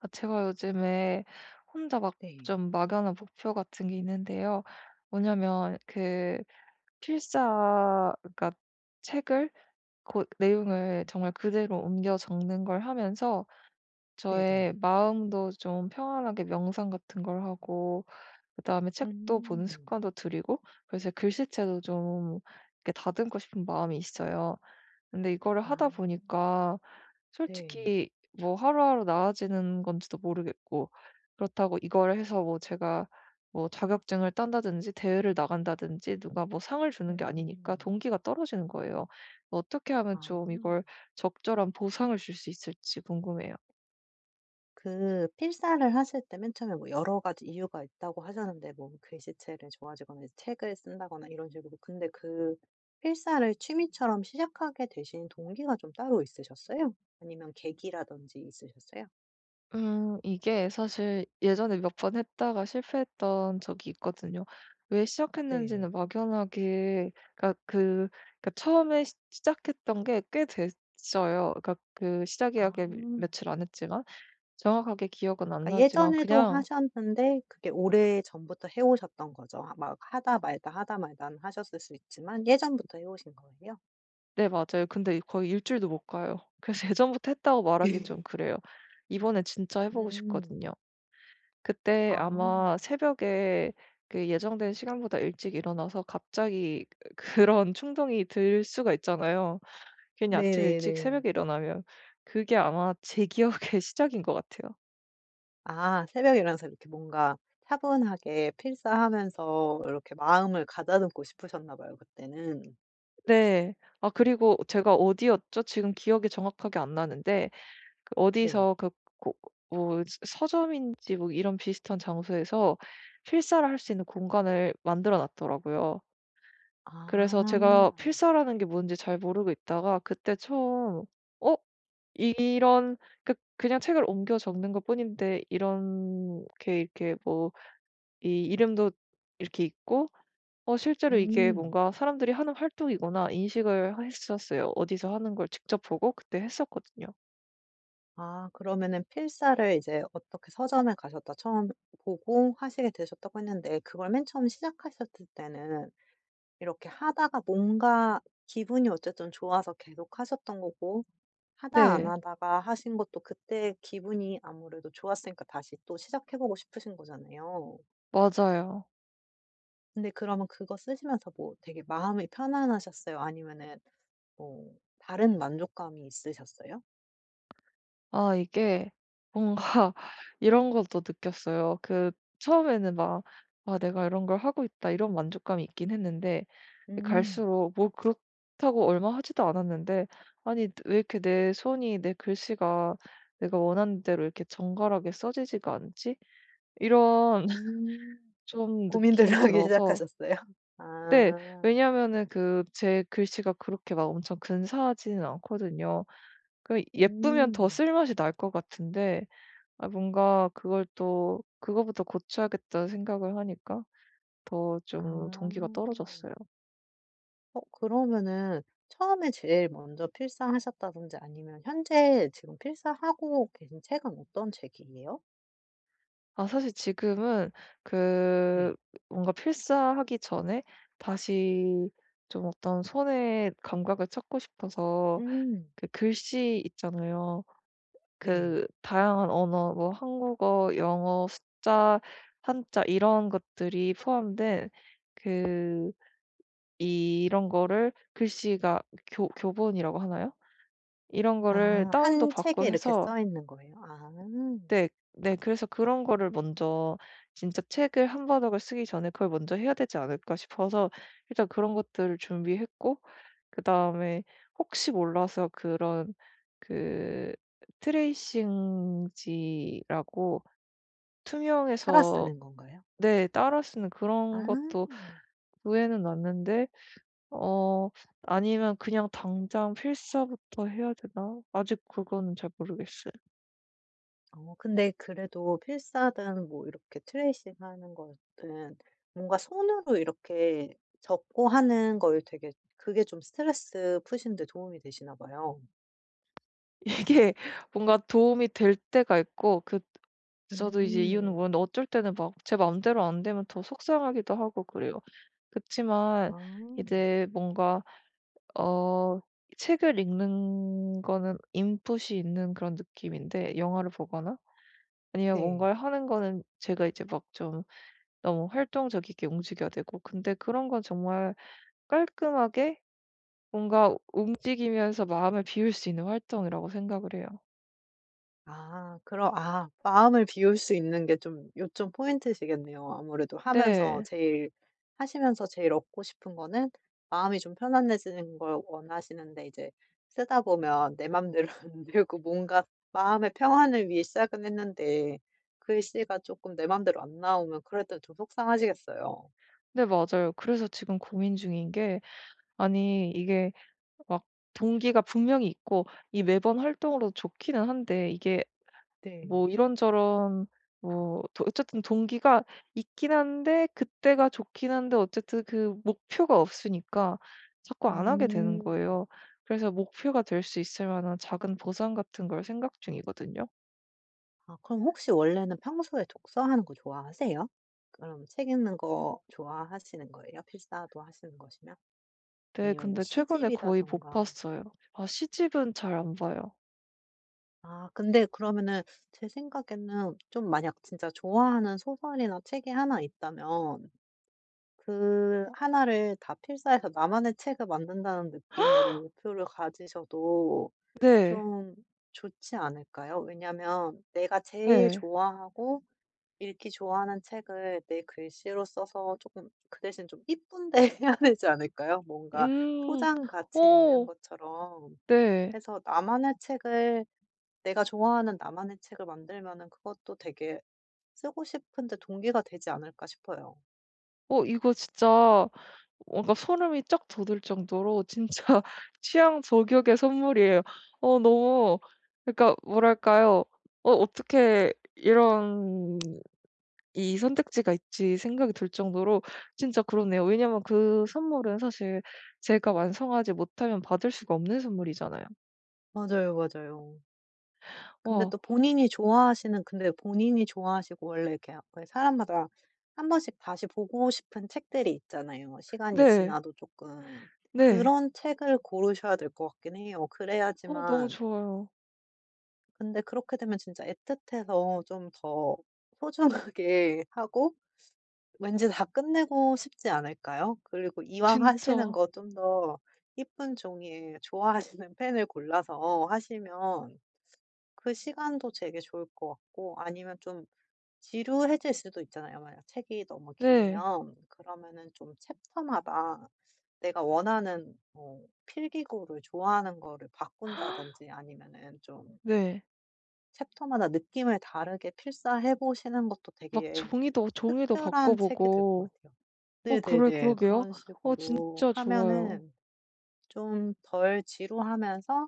아, 제가 요즘에 혼자 막 네. 좀 막연한 목표 같은 게 있는데요. 뭐냐면 그 필사, 그러니까 책을, 그 내용을 정말 그대로 옮겨 적는 걸 하면서 네네. 저의 마음도 좀 평안하게 명상 같은 걸 하고, 그다음에 책도 보는 음. 습관도 들이고, 그래서 글씨체도 좀 이렇게 다듬고 싶은 마음이 있어요. 근데 이거를 아. 하다 보니까 네. 솔직히 뭐 하루하루 나아지는 건지도 모르겠고, 그렇다고 이걸 해서 뭐 제가 뭐 자격증을 딴다든지 대회를 나간다든지 누가 뭐 상을 주는 게 아니니까 음. 동기가 떨어지는 거예요. 어떻게 하면 아. 좀 이걸 적절한 보상을 줄 수 있을지 궁금해요. 그 필사를 하실 때 맨 처음에 뭐 여러 가지 이유가 있다고 하셨는데 뭐 글씨체를 좋아하시거나 이제 책을 쓴다거나 이런 식으로 근데 그 필사를 취미처럼 시작하게 되신 동기가 좀 따로 있으셨어요? 아니면 계기라든지 있으셨어요? 이게 사실 예전에 몇 번 했다가 실패했던 적이 있거든요. 왜 네. 시작했는지는 막연하게, 그러니까 그, 그러니까 처음에 시 시작했던 게 꽤 됐어요. 그러니까 그 시작이 아. 하게, 며칠 안 했지만 정확하게 기억은 안 그러니까 나지만 예전에도 그냥. 하셨는데 그게 오래전부터 해 오셨던 거죠. 아, 막 하다 말다, 하다 말다 하셨을 수 있지만 예전부터 해 오신 거예요? 네, 맞아요. 근데 거의 일 주일도 못 가요. 그래서 예전부터 했다고 말하기 좀 그래요. 이번에 진짜 해 네. 보고 음. 싶거든요. 그때 아. 아마 새벽에 그 예정된 시간보다 일찍 일어나서 갑자기 그런 충동이 들 수가 있잖아요. 괜히 아침 네네네. 일찍 새벽에 일어나면. 그게 아마 제 기억의 시작인 것 같아요. 아 새벽에 일어나서 이렇게 뭔가 차분하게 필사하면서 이렇게 마음을 가다듬고 싶으셨나 봐요 그때는. 네. 아 그리고 제가 어디였죠? 지금 기억이 정확하게 안 나는데 그 네. 어디서 그 고, 뭐 서 서점인지 뭐 이런 비슷한 장소에서 필사를 할 수 있는 공간을 만들어 놨더라고요. 그래서 제가 아. 필사라는 게 뭔지 잘 모르고 있다가 그때 처음 '어, 이런', 그 그냥 책을 옮겨 적는 것뿐인데 이렇게 이렇게 뭐 이 이름도 이렇게 있고, 실제로 이게 음. 뭔가 사람들이 하는 활동이구나 인식을 했었어요. 어디서 하는 걸 직접 보고 그때 했었거든요. 아 그러면은 필사를 이제 어떻게 서점에 가셨다 처음 보고 하시게 되셨다고 했는데 그걸 맨 처음 시작하셨을 때는 이렇게 하다가 뭔가 기분이 어쨌든 좋아서 계속 하셨던 거고 하다 안 네. 하다가 하신 것도 그때 기분이 아무래도 좋았으니까 다시 또 시작해 보고 싶으신 거잖아요. 맞아요. 근데 그러면 그거 쓰시면서 뭐 되게 마음이 편안하셨어요? 아니면은 뭐 다른 만족감이 있으셨어요? 아 이게 뭔가 이런 것도 느꼈어요. 그 처음에는 막 '아 내가 이런 걸 하고 있다.' 이런 만족감이 있긴 했는데, 음. 갈수록 뭐, 그렇다고 얼마 하지도 않았는데 아니 왜 이렇게 내 손이, 내 글씨가 내가 원하는 대로 이렇게 정갈하게 써지지가 않지? 이런 음. 좀 고민들을 느낌이 하기 들어서. 시작하셨어요? 네. 아. 왜냐하면은 그 제 글씨가 그렇게 막 엄청 근사하지는 않거든요. 그 예쁘면 더 음. 쓸맛이 날 것 같은데, 아 뭔가 그걸 또 그거부터 고쳐야겠다는 생각을 하니까 더 좀 아. 동기가 떨어졌어요. 어 그러면은 처음에 제일 먼저 필사하셨다든지 아니면 현재 지금 필사하고 계신 책은 어떤 책이에요? 아 사실 지금은 네. 그 뭔가 필사하기 전에 다시 좀 어떤 손의 감각을 찾고 싶어서, 음. 그 글씨 있잖아요. 네. 그 다양한 언어 뭐 한국어, 영어, 숫자, 한자 이런 것들이 포함된 그, 이런 거를, 글씨가 교 교본이라고 하나요? 이런 거를 아. 다운도 한 책에 받고 이렇게 해서. 써 있는 거예요? 아. 네. 네. 그래서 그런 거를 먼저, 진짜 책을 한 바닥을 쓰기 전에 그걸 먼저 해야 되지 않을까 싶어서 일단 그런 것들을 준비했고, 그다음에 혹시 몰라서 그런 그 트레이싱지라고, 따라 투명해서. 쓰는 건가요? 네. 따라 쓰는 아. 그런 것도 구해는 놨는데, 어 아니면 그냥 당장 필사부터 해야 되나? 아직 그거는 잘 모르겠어요. 어 근데 그래도 필사든 뭐 이렇게 트레이싱하는 거든 뭔가 손으로 이렇게 적고 하는 걸 되게 그게 좀 스트레스 푸시는 데 도움이 되시나 봐요. 이게 뭔가 도움이 될 때가 있고, 그 저도 이제 이유는 음. 모르는데 어쩔 때는 막 제 맘대로 안 되면 더 속상하기도 하고 그래요. 그치만 아. 이제 뭔가, 어 책을 읽는 거는 인풋이 있는 그런 느낌인데, 영화를 보거나 아니면 네. 뭔가를 하는 거는 제가 이제 막 좀 너무 활동적이게 움직여야 되고, 근데 그런 건 정말 깔끔하게 뭔가 움직이면서 마음을 비울 수 있는 활동이라고 생각을 해요. 아 그럼 아 마음을 비울 수 있는 게 좀 요점 포인트시겠네요. 아무래도 하면서 네. 제일 하시면서 제일 얻고 싶은 거는 마음이 좀 편안해지는 걸 원하시는데 이제 쓰다 보면 내 맘대로 안 되고 뭔가 마음의 평안을 위해 시작은 했는데 글씨가 조금 내 맘대로 안 나오면 그럴 땐좀 속상하시겠어요. 네, 맞아요. 그래서 지금 고민 중인 게, 아니 이게 막 동기가 분명히 있고 이 매번 활동으로 좋기는 한데, 이게 네. 뭐 이런저런 뭐 도 어쨌든 동기가 있긴 한데 그때가 좋긴 한데, 어쨌든 그 목표가 없으니까 자꾸 안 하게 되는 음. 거예요. 그래서 목표가 될 수 있을 만한 작은 보상 같은 걸 생각 중이거든요. 아 그럼 혹시 원래는 평소에 독서하는 거 좋아하세요? 그럼 책 읽는 거 좋아하시는 거예요? 필사도 하시는 것이면? 네, 아니면 뭐 근데 최근에 거의 못 시집이라던가. 봤어요. 아 시집은 잘 안 봐요. 아 근데 그러면은 제 생각에는 좀 만약 진짜 좋아하는 소설이나 책이 하나 있다면 그 하나를 다 필사해서 나만의 책을 만든다는 느낌으로 목표를 가지셔도 네. 좀 좋지 않을까요? 왜냐면 내가 제일 네. 좋아하고 읽기 좋아하는 책을 내 글씨로 써서 조금 그 대신 좀 이쁜데 해야 되지 않을까요? 뭔가 음. 소장 가치 있는 어. 것처럼 네. 해서 나만의 책을 내가 좋아하는 나만의 책을 만들면은 그것도 되게 쓰고 싶은데 동기가 되지 않을까 싶어요. 어 이거 진짜 뭔가 소름이 쫙 돋을 정도로 진짜 취향 저격의 선물이에요. 어 너무, 그러니까 뭐랄까요. 어떻게 이런 이 선택지가 있지 생각이 들 정도로 진짜 그러네요. 왜냐면 그 선물은 사실 제가 완성하지 못하면 받을 수가 없는 선물이잖아요. 맞아요, 맞아요. 근데 와. 또 본인이 좋아하시는 근데 본인이 좋아하시고 원래 이렇게 왜 사람마다 한 번씩 다시 보고 싶은 책들이 있잖아요, 시간이 네. 지나도 조금 네. 그런 책을 고르셔야 될 것 같긴 해요. 어 너무 그래야지만 좋아요. 근데 그렇게 되면 진짜 애틋해서 좀 더 소중하게 하고 왠지 다 끝내고 싶지 않을까요? 그리고 이왕 하시는 진짜. 거 좀 더 예쁜 종이에 좋아하시는 펜을 골라서 하시면 그 시간도 되게 좋을 것 같고 아니면 좀 지루해질 수도 있잖아요. 만약 책이 너무 네. 길면 그러면은 좀 챕터마다 내가 원하는 뭐 필기구를 좋아하는 거를 바꾼다든지 아니면은 좀 네. 챕터마다 느낌을 다르게 필사해 보시는 것도 막 되게 종이도 바꿔 특별한 책이 될 것 보고. 같아요. 어, 그래, 네네네. 그러게요. 그런 어 식으로 진짜 좋아요. 하면은 좀 덜 지루하면서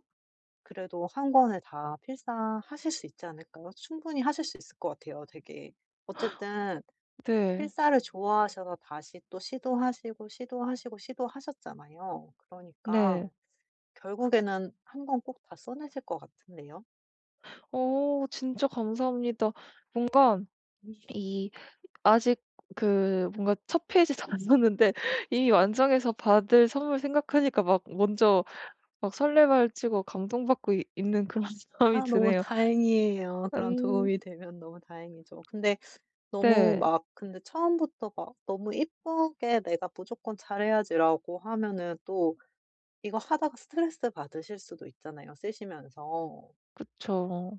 그래도 한 권을 다 필사하실 수 있지 않을까요? 충분히 하실 수 있을 것 같아요 되게. 어쨌든 네. 필사를 좋아하셔서 다시 또 시도하시고, 시도하시고, 시도하셨잖아요. 그러니까 네. 결국에는 한 권 꼭 다 써내실 것 같은데요. 어 진짜 감사합니다. 뭔가 이, 아직 그 뭔가 첫 페이지도 안 썼는데 이미 완성해서 받을 선물 생각하니까 막 먼저 막 설레발치고 감동받고 이 있는 그런 마음이 아 너무 드네요. 다행이에요. 그런 음. 도움이 되면 너무 다행이죠. 근데 너무 네. 막 근데 처음부터 막 너무 이쁘게 '내가 무조건 잘해야지.'라고 하면은 또 이거 하다가 스트레스 받으실 수도 있잖아요 쓰시면서. 그쵸.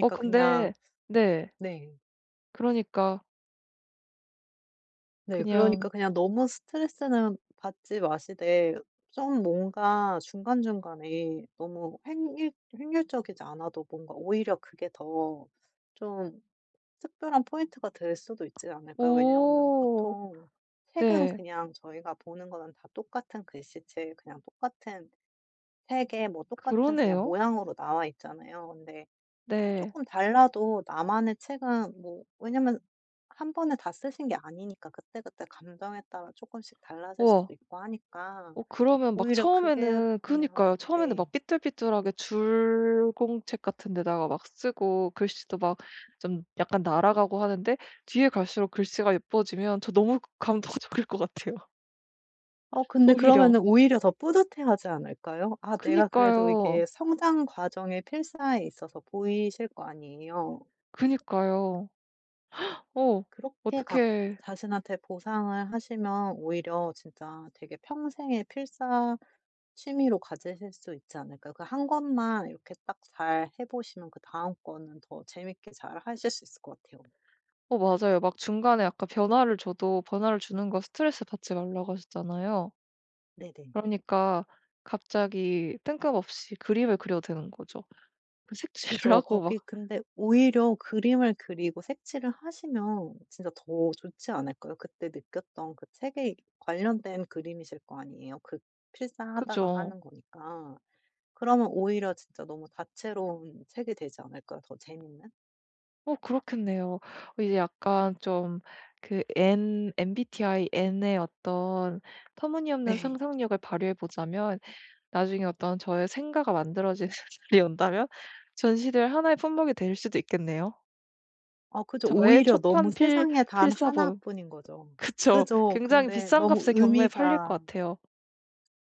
어, 그냥 근데. 네. 네. 그러니까 네 그러니까 그냥. 그냥 너무 스트레스는 받지 마시되 좀 뭔가 중간중간에 너무 횡일 횡률적이지 않아도 뭔가 오히려 그게 더 좀 특별한 포인트가 될 수도 있지 않을까요? 왜냐하면 오. 보통 책은 네. 그냥 저희가 보는 거는 다 똑같은 글씨체 그냥 똑같은 색에 뭐 똑같은 그냥 그러네요. 모양으로 나와 있잖아요. 근데 네. 쪼끔 달라도 나만의 책은 뭐 왜냐면 한 번에 다 쓰신 게 아니니까 그때그때 감정에 따라 쪼끔씩 달라질 우와. 수도 있고 하니까 어 그러면 막, 오히려 그게 처음에는, 보면 그니까요. 처음에는 네. 막 삐뚤삐뚤하게 줄 공책 같은 데다가 막 쓰고 글씨도 막 좀 약간 날아가고 하는데, 뒤에 갈수록 글씨가 예뻐지면 저 너무 감동적일 것 같아요. 어 근데 오히려. 그러면은 오히려 더 뿌듯해하지 않을까요? 아 내가 그래도 이게 그니까요. 성장 과정의 필사에 있어서 보이실 거 아니에요. 그니까요. 어. 그렇게 각 어떻게. 자신한테 보상을 하시면 오히려 진짜 되게 평생의 필사 취미로 가지실 수 있지 않을까. 그 한 것만 이렇게 딱 잘 해 보시면 그다음 거는 더 재밌게 잘 하실 수 있을 것 같아요. 어, 맞아요. 막 중간에 아까 변화를 줘도 변화를 주는 거 스트레스 받지 말라고 하셨잖아요. 네네. 그러니까 갑자기 뜬금없이 그림을 그려도 되는 거죠. 그 그죠. 색칠하고 막. 거기 근데 오히려 그림을 그리고 색칠을 하시면 진짜 더 좋지 않을까요? 그때 느꼈던 그 책에 관련된 그림이실 거 아니에요. 그 필사하다가 그죠. 하는 거니까. 그러면 오히려 진짜 너무 다채로운 책이 되지 않을까요? 더 재밌는? 어 그렇겠네요. 어 이제 약간 좀 그 N MBTI N의 어떤 터무니없는 네. 상상력을 발휘해 보자면, 나중에 어떤 저의 생가가 만들어지는 날이 온다면 전시들 하나의 품목이 될 수도 있겠네요. 아 그죠. 저의 오히려 너무 초판, 필 세상에 단 하나 필사본. 뿐인 거죠. 그쵸. 그죠. 굉장히 근데 비싼 너무 값에 경매에 팔릴 것 의미가 같아요.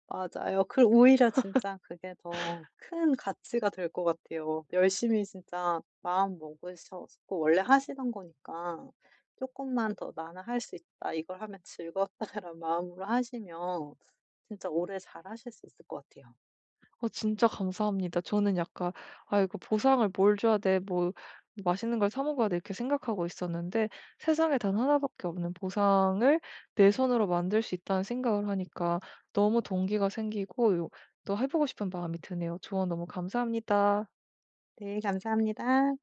맞아요. 그 오히려 진짜 그게 더 큰 가치가 될 것 같아요. 열심히 진짜 마음 먹으셨고 원래 하시던 거니까 조금만 더 나는 할 수 있다. 이걸 하면 즐겁다.'라는 마음으로 하시면 진짜 오래 잘하실 수 있을 것 같아요. 어 진짜 감사합니다. 저는 약간, '아 이거 보상을 뭘 줘야 돼. 뭐 맛있는 걸 사 먹어야 돼.' 이렇게 생각하고 있었는데, 세상에 단 하나 밖에 없는 보상을 내 손으로 만들 수 있다는 생각을 하니까 너무 동기가 생기고, 요 또 해 보고 싶은 마음이 드네요. 조언 너무 감사합니다. 네 감사합니다.